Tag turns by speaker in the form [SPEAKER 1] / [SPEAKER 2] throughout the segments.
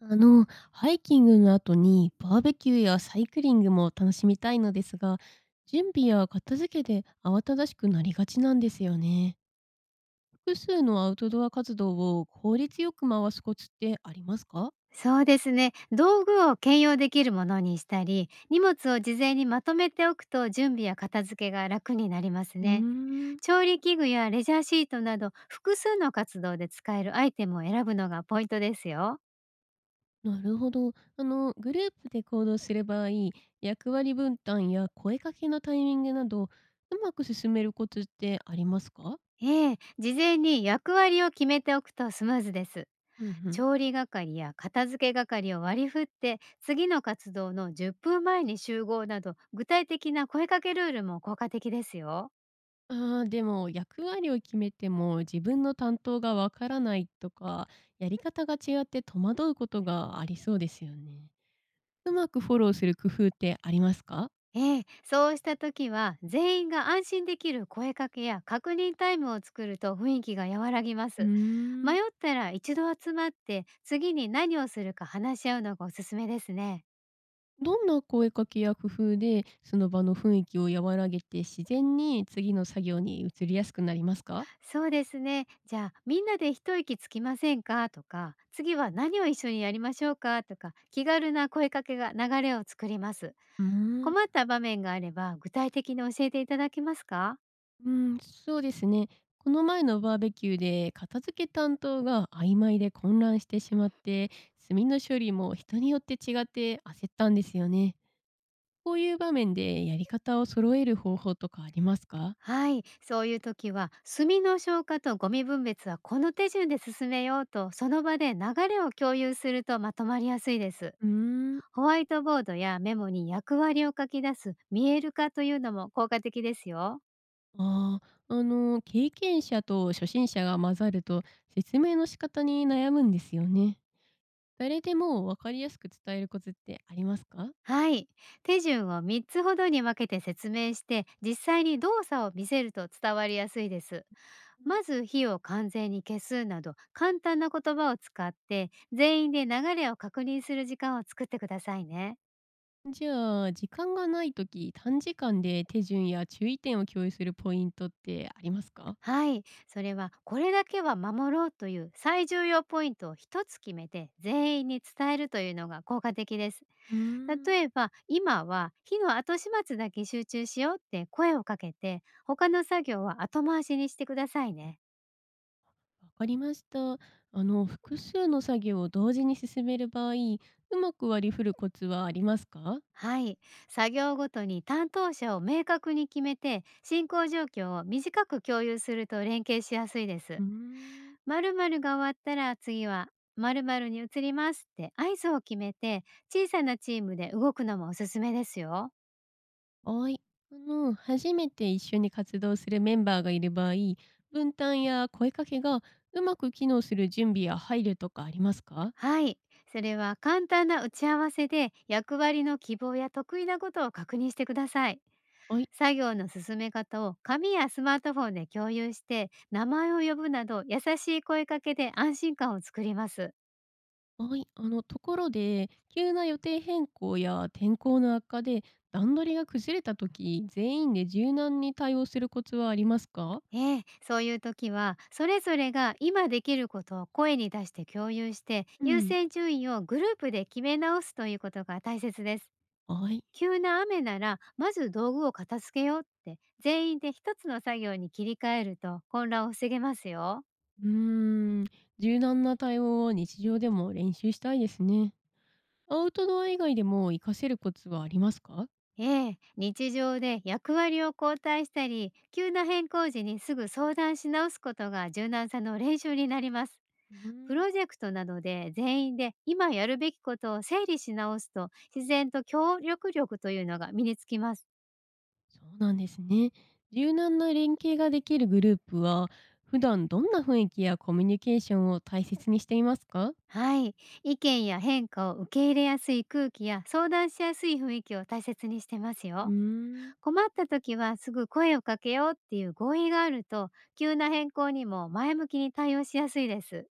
[SPEAKER 1] ハイキングの後にバーベキューやサイクリングも楽しみたいのですが、準備や片付けで慌ただしくなりがちなんですよね。複数のアウトドア活動を効率よく回すコツってありますか？
[SPEAKER 2] そうですね。道具を兼用できるものにしたり、荷物を事前にまとめておくと準備や片付けが楽になります
[SPEAKER 1] うー
[SPEAKER 2] ね。
[SPEAKER 1] ん、
[SPEAKER 2] 調理器具やレジャーシートなど複数の活動で使えるアイテムを選ぶのがポイントですよ。
[SPEAKER 1] なるほど。グループで行動する場合、役割分担や声かけのタイミングなど、うまく進めるコツってありますか？
[SPEAKER 2] ええ、事前に役割を決めておくとスムーズです。
[SPEAKER 1] うんうん。
[SPEAKER 2] 調理係や片付け係を割り振って、次の活動の10分前に集合など、具体的な声かけルールも効果的ですよ。
[SPEAKER 1] あー、でも役割を決めても自分の担当がわからないとか、やり方が違って戸惑うことがありそうですよね。うまくフォローする工夫ってありますか？
[SPEAKER 2] ええ、そうした時は全員が安心できる声かけや確認タイムを作ると雰囲気が和らぎま
[SPEAKER 1] うー
[SPEAKER 2] す。
[SPEAKER 1] ん。
[SPEAKER 2] 迷ったら一度集まって次に何をするか話し合うのがおすすめですね。
[SPEAKER 1] どんな声かけや工夫でその場の雰囲気を和らげて自然に次の作業に移りやすくなりますか？
[SPEAKER 2] そうですね。じゃあみんなで一息つきませんかとか、次は何を一緒にやりましょうかとか、気軽な声かけが流れを作ります。
[SPEAKER 1] うーん。
[SPEAKER 2] 困った場面があれば具体的に教えていただけますか？
[SPEAKER 1] うん、そうですね。この前のバーベキューで片付け担当が曖昧で混乱してしまって、炭の処理も人によって違って焦ったんですよね。こういう場面でやり方を揃える方法とかありますか？
[SPEAKER 2] はい、そういう時は、炭の消火とゴミ分別はこの手順で進めようと、その場で流れを共有するとまとまりやすいです。
[SPEAKER 1] うーん。
[SPEAKER 2] ホワイトボードやメモに役割を書き出す見える化というのも効果的ですよ。
[SPEAKER 1] ああ、経験者と初心者が混ざると説明の仕方に悩むんですよね。誰でも分かりやすく伝えるコツってありますか？
[SPEAKER 2] はい、手順を3つほどに分けて説明して、実際に動作を見せると伝わりやすいです。まず火を完全に消すなど簡単な言葉を使って、全員で流れを確認する時間を作ってくださいね。
[SPEAKER 1] じゃあ、時間がないとき短時間で手順や注意点を共有するポイントってありますか？
[SPEAKER 2] はい、それはこれだけは守ろうという最重要ポイントを一つ決めて全員に伝えるというのが効果的です。
[SPEAKER 1] うーん。
[SPEAKER 2] 例えば今は火の後始末だけ集中しようって声をかけて、他の作業は後回しにしてくださいね。
[SPEAKER 1] わかりました。複数の作業を同時に進める場合、うまく割り振るコツはありますか？
[SPEAKER 2] はい、作業ごとに担当者を明確に決めて、進行状況を短く共有すると連携しやすいで
[SPEAKER 1] う
[SPEAKER 2] す。
[SPEAKER 1] ーん。
[SPEAKER 2] 〇〇が終わったら次は〇〇に移りますって合図を決めて、小さなチームで動くのもおすすめですよ。
[SPEAKER 1] はい。初めて一緒に活動するメンバーがいる場合、分担や声かけがうまく機能する準備や配慮とかありますか？
[SPEAKER 2] はい。それは簡単な打ち合わせで役割の希望や得意なことを確認してください。
[SPEAKER 1] はい、
[SPEAKER 2] 作業の進め方を紙やスマートフォンで共有して、名前を呼ぶなど優しい声かけで安心感を作ります。
[SPEAKER 1] はい、ところで急な予定変更や天候の悪化で段取りが崩れた時、全員で柔軟に対応するコツはありますか？
[SPEAKER 2] ええ、そういう時はそれぞれが今できることを声に出して共有して、
[SPEAKER 1] う
[SPEAKER 2] 優
[SPEAKER 1] ん、
[SPEAKER 2] 先順位をグループで決め直すということが大切です。
[SPEAKER 1] はい。
[SPEAKER 2] 急な雨ならまず道具を片付けようって、全員で一つの作業に切り替えると混乱を防げますよ。
[SPEAKER 1] うーん、柔軟な対応を日常でも練習したいですね。アウトドア以外でも活かせるコツはありますか？
[SPEAKER 2] ええ、日常で役割を交代したり、急な変更時にすぐ相談し直すことが柔軟さの練習になります。
[SPEAKER 1] うー
[SPEAKER 2] プ
[SPEAKER 1] ん、
[SPEAKER 2] ロジェクトなどで全員で今やるべきことを整理し直すと、自然と協力力というのが身につきます。
[SPEAKER 1] そうなんですね。柔軟な連携ができるグループは普段どんな雰囲気やコミュニケーションを大切にしていますか？
[SPEAKER 2] はい。意見や変化を受け入れやすい空気や相談しやすい雰囲気を大切にしてます
[SPEAKER 1] うー
[SPEAKER 2] よ。
[SPEAKER 1] ん。
[SPEAKER 2] 困った時はすぐ声をかけようっていう合意があると、急な変更にも前向きに対応しやすいです。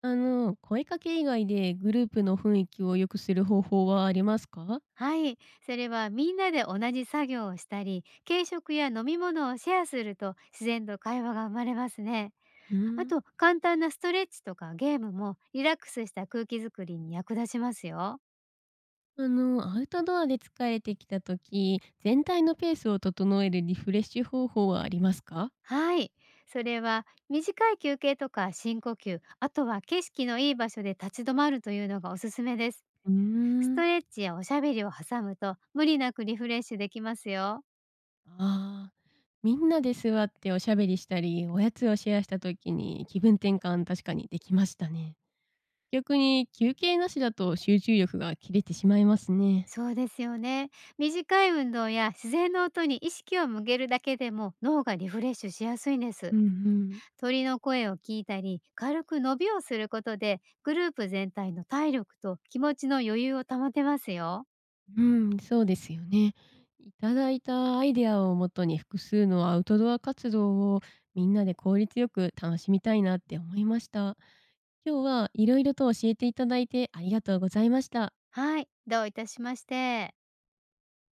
[SPEAKER 1] 声かけ以外でグループの雰囲気を良くする方法はありますか？
[SPEAKER 2] はい。それはみんなで同じ作業をしたり、軽食や飲み物をシェアすると自然と会話が生まれますね。
[SPEAKER 1] うー
[SPEAKER 2] あ
[SPEAKER 1] ん。
[SPEAKER 2] と、簡単なストレッチとかゲームもリラックスした空気づくりに役立ちますよ。
[SPEAKER 1] アウトドアで疲れてきた時、全体のペースを整えるリフレッシュ方法はありますか？
[SPEAKER 2] はい。それは短い休憩とか深呼吸、あとは景色のいい場所で立ち止まるというのがおすすめです。
[SPEAKER 1] うー
[SPEAKER 2] スト
[SPEAKER 1] ん。
[SPEAKER 2] レッチやおしゃべりを挟むと無理なくリフレッシュできますよ。
[SPEAKER 1] ああ、みんなで座っておしゃべりしたり、おやつをシェアした時に気分転換確かにできましたね。逆に休憩なしだと集中力が切れてしまいますね。
[SPEAKER 2] そうですよね。短い運動や自然の音に意識を向けるだけでも脳がリフレッシュしやすいんで
[SPEAKER 1] う
[SPEAKER 2] す。
[SPEAKER 1] んうん。
[SPEAKER 2] 鳥の声を聞いたり軽く伸びをすることで、グループ全体の体力と気持ちの余裕を保てますよ。
[SPEAKER 1] うん、そうですよね。いただいたアイデアをもとに複数のアウトドア活動をみんなで効率よく楽しみたいなって思いました。今日はいろいろと教えていただいてありがとうございました。
[SPEAKER 2] はい、どういたしまして。